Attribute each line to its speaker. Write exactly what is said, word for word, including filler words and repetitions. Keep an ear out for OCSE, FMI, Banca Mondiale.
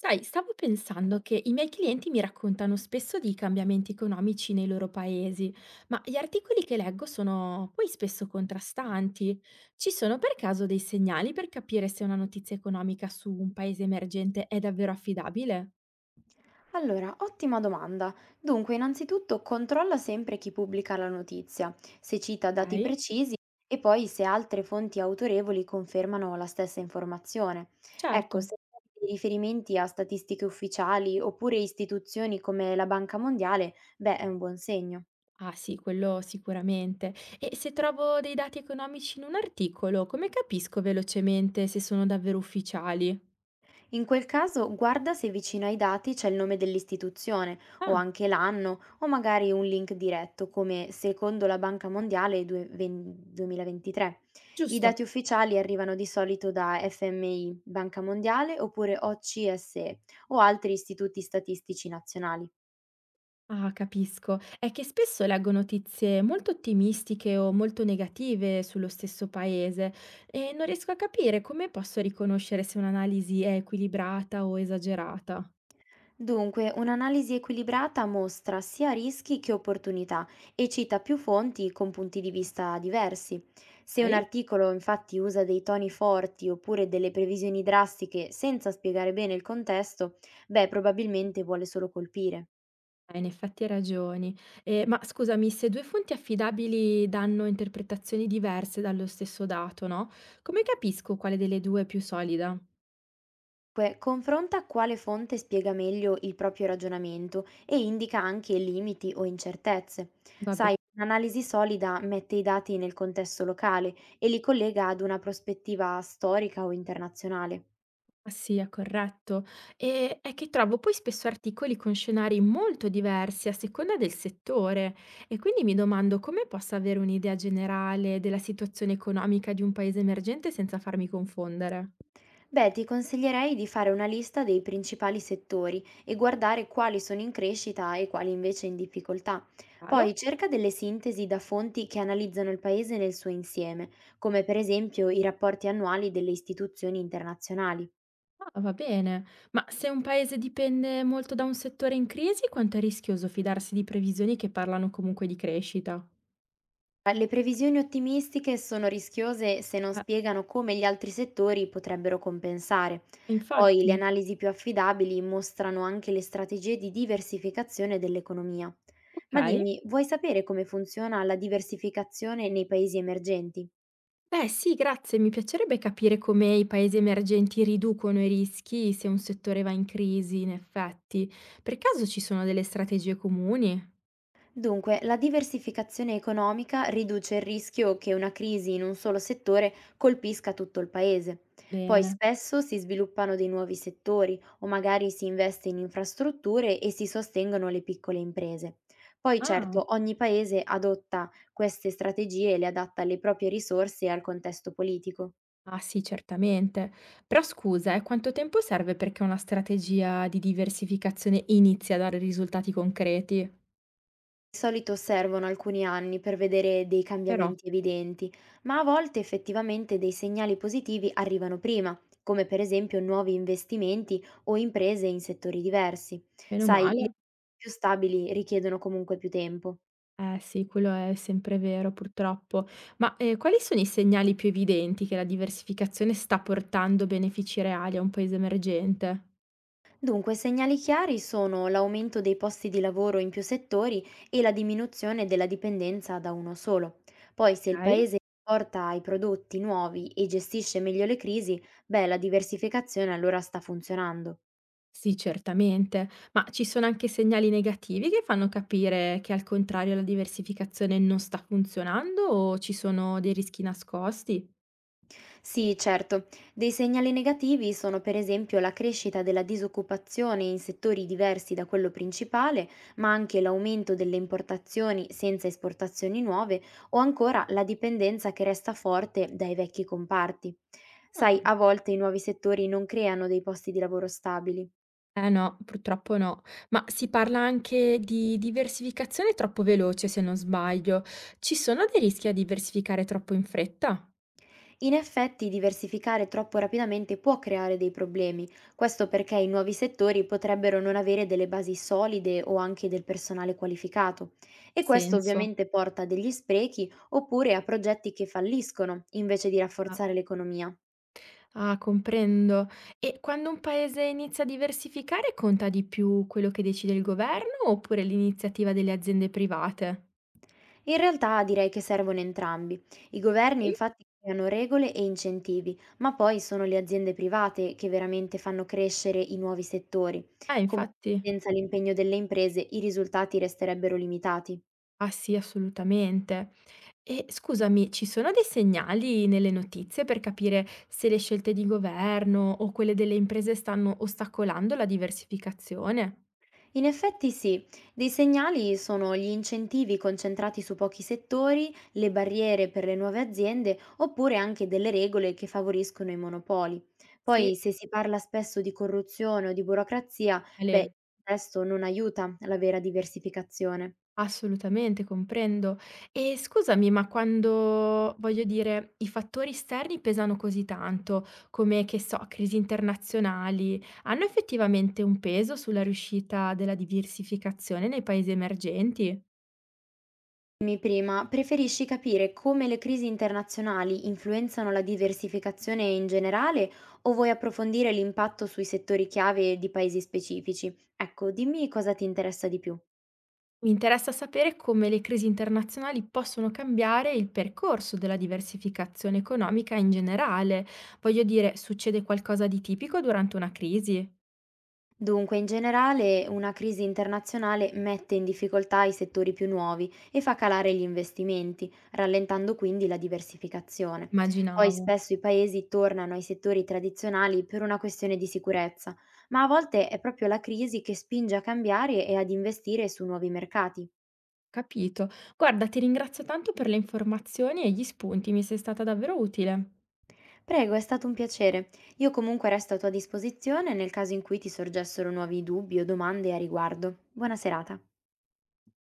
Speaker 1: Sai, stavo pensando che i miei clienti mi raccontano spesso di cambiamenti economici nei loro paesi, ma gli articoli che leggo sono poi spesso contrastanti. Ci sono per caso dei segnali per capire se una notizia economica su un paese emergente è davvero affidabile?
Speaker 2: Allora, ottima domanda. Dunque, innanzitutto controlla sempre chi pubblica la notizia, se cita dati
Speaker 1: Ok,
Speaker 2: precisi e poi se altre fonti autorevoli confermano la stessa informazione. Ecco,
Speaker 1: certo.
Speaker 2: se trovi dei riferimenti a statistiche ufficiali oppure istituzioni come la Banca Mondiale, beh, è un buon segno.
Speaker 1: Ah sì, quello sicuramente. E se trovo dei dati economici in un articolo, come capisco velocemente se sono davvero ufficiali?
Speaker 2: In quel caso, guarda se vicino ai dati c'è il nome dell'istituzione o
Speaker 1: Ah,
Speaker 2: anche l'anno o magari un link diretto come secondo la Banca Mondiale due- ven- duemilaventitré. I
Speaker 1: giusto.
Speaker 2: dati ufficiali arrivano di solito da F M I, Banca Mondiale oppure O C S E o altri istituti statistici nazionali.
Speaker 1: Ah, capisco. È che spesso leggo notizie molto ottimistiche o molto negative sullo stesso paese e non riesco a capire come posso riconoscere se un'analisi è equilibrata o esagerata.
Speaker 2: Dunque, un'analisi equilibrata mostra sia rischi che opportunità e cita più fonti con punti di vista diversi. Se un
Speaker 1: Sai?
Speaker 2: articolo infatti usa dei toni forti oppure delle previsioni drastiche senza spiegare bene il contesto, beh, probabilmente vuole solo colpire.
Speaker 1: Eh, In effetti hai ragioni. Eh, ma scusami, se due fonti affidabili danno interpretazioni diverse dallo stesso dato, no? Come capisco quale delle due è più solida?
Speaker 2: Que confronta quale fonte spiega meglio il proprio ragionamento e indica anche limiti o incertezze.
Speaker 1: Va bene.
Speaker 2: Sai, un'analisi solida mette i dati nel contesto locale e li collega ad una prospettiva storica o internazionale.
Speaker 1: Ma sì, è corretto. E è che trovo poi spesso articoli con scenari molto diversi a seconda del settore e quindi mi domando come posso avere un'idea generale della situazione economica di un paese emergente senza farmi confondere.
Speaker 2: Beh, ti consiglierei di fare una lista dei principali settori e guardare quali sono in crescita e quali invece in difficoltà.
Speaker 1: Chiaro?
Speaker 2: Poi cerca delle sintesi da fonti che analizzano il paese nel suo insieme, come per esempio i rapporti annuali delle istituzioni internazionali.
Speaker 1: Ah, va bene, ma se un paese dipende molto da un settore in crisi, quanto è rischioso fidarsi di previsioni che parlano comunque di crescita?
Speaker 2: Ma le previsioni ottimistiche sono rischiose se non
Speaker 1: Eh,
Speaker 2: spiegano come gli altri settori potrebbero compensare. Poi le
Speaker 1: infatti,
Speaker 2: analisi più affidabili mostrano anche le strategie di diversificazione dell'economia.
Speaker 1: ok.
Speaker 2: Ma dimmi, vuoi sapere come funziona la diversificazione nei paesi emergenti?
Speaker 1: Beh sì, grazie. Mi piacerebbe capire come i paesi emergenti riducono i rischi se un settore va in crisi, in effetti. Per caso ci sono delle strategie comuni?
Speaker 2: Dunque, la diversificazione economica riduce il rischio che una crisi in un solo settore colpisca tutto il paese. Poi
Speaker 1: Bene.
Speaker 2: spesso si sviluppano dei nuovi settori o magari si investe in infrastrutture e si sostengono le piccole imprese. Poi
Speaker 1: Ah,
Speaker 2: certo, ogni paese adotta queste strategie e le adatta alle proprie risorse e al contesto politico.
Speaker 1: ah sì, certamente. Però scusa, eh, quanto tempo serve perché una strategia di diversificazione inizi a dare risultati concreti?
Speaker 2: Di solito servono alcuni anni per vedere dei
Speaker 1: Però,
Speaker 2: cambiamenti evidenti, ma a volte effettivamente dei segnali positivi arrivano prima, come per esempio nuovi investimenti o imprese in settori diversi.
Speaker 1: meno
Speaker 2: Sai, gli anni
Speaker 1: male.
Speaker 2: più stabili richiedono comunque più tempo.
Speaker 1: Eh sì, quello è sempre vero purtroppo. Ma, ehm, quali sono i segnali più evidenti che la diversificazione sta portando benefici reali a un paese emergente?
Speaker 2: Dunque, segnali chiari sono l'aumento dei posti di lavoro in più settori e la diminuzione della dipendenza da uno solo. Poi, se il
Speaker 1: Okay.
Speaker 2: paese porta i prodotti nuovi e gestisce meglio le crisi, beh, la diversificazione allora sta funzionando.
Speaker 1: Sì, certamente, ma ci sono anche segnali negativi che fanno capire che al contrario la diversificazione non sta funzionando o ci sono dei rischi nascosti?
Speaker 2: Sì, certo. Dei segnali negativi sono per esempio la crescita della disoccupazione in settori diversi da quello principale, ma anche l'aumento delle importazioni senza esportazioni nuove o ancora la dipendenza che resta forte dai vecchi comparti. Sai,
Speaker 1: Ah.
Speaker 2: a volte i nuovi settori non creano dei posti di lavoro stabili.
Speaker 1: Eh no, purtroppo no. Ma si parla anche di diversificazione troppo veloce, se non sbaglio. Ci sono dei rischi a diversificare troppo in fretta?
Speaker 2: In effetti, diversificare troppo rapidamente può creare dei problemi, questo perché i nuovi settori potrebbero non avere delle basi solide o anche del personale qualificato
Speaker 1: Ha
Speaker 2: e questo
Speaker 1: senso.
Speaker 2: ovviamente porta a degli sprechi oppure a progetti che falliscono invece di
Speaker 1: Ah,
Speaker 2: rafforzare l'economia.
Speaker 1: ah, comprendo. E quando un paese inizia a diversificare, conta di più quello che decide il governo oppure l'iniziativa delle aziende private?
Speaker 2: In realtà direi che servono entrambi. I governi
Speaker 1: Ok?
Speaker 2: infatti creano regole e incentivi, ma poi sono le aziende private che veramente fanno crescere i nuovi settori.
Speaker 1: Eh,
Speaker 2: Comunque
Speaker 1: infatti.
Speaker 2: senza l'impegno delle imprese i risultati resterebbero limitati.
Speaker 1: Ah sì, assolutamente. E scusami, ci sono dei segnali nelle notizie per capire se le scelte di governo o quelle delle imprese stanno ostacolando la diversificazione?
Speaker 2: In effetti sì, dei segnali sono gli incentivi concentrati su pochi settori, le barriere per le nuove aziende oppure anche delle regole che favoriscono i monopoli.
Speaker 1: Sì,
Speaker 2: Poi se si parla spesso di corruzione o di burocrazia, beh,
Speaker 1: Ale.
Speaker 2: questo non aiuta la vera diversificazione.
Speaker 1: Assolutamente, comprendo. E scusami, ma quando, voglio dire, i fattori esterni pesano così tanto, come, che so, crisi internazionali, hanno effettivamente un peso sulla riuscita della diversificazione nei paesi emergenti?
Speaker 2: Dimmi prima, preferisci capire come le crisi internazionali influenzano la diversificazione in generale o vuoi approfondire l'impatto sui settori chiave di paesi specifici? Ecco, dimmi cosa ti interessa di più.
Speaker 1: Mi interessa sapere come le crisi internazionali possono cambiare il percorso della diversificazione economica in generale. Voglio dire, succede qualcosa di tipico durante una crisi?
Speaker 2: Dunque, in generale, una crisi internazionale mette in difficoltà i settori più nuovi e fa calare gli investimenti, rallentando quindi la diversificazione. Poi
Speaker 1: Immaginavo.
Speaker 2: spesso i paesi tornano ai settori tradizionali per una questione di sicurezza, ma a volte è proprio la crisi che spinge a cambiare e ad investire su nuovi mercati.
Speaker 1: Capito. Guarda, ti ringrazio tanto per le informazioni e gli spunti, mi sei stata davvero utile.
Speaker 2: Prego, è stato un piacere. Io comunque resto a tua disposizione nel caso in cui ti sorgessero nuovi dubbi o domande a riguardo. Buona serata.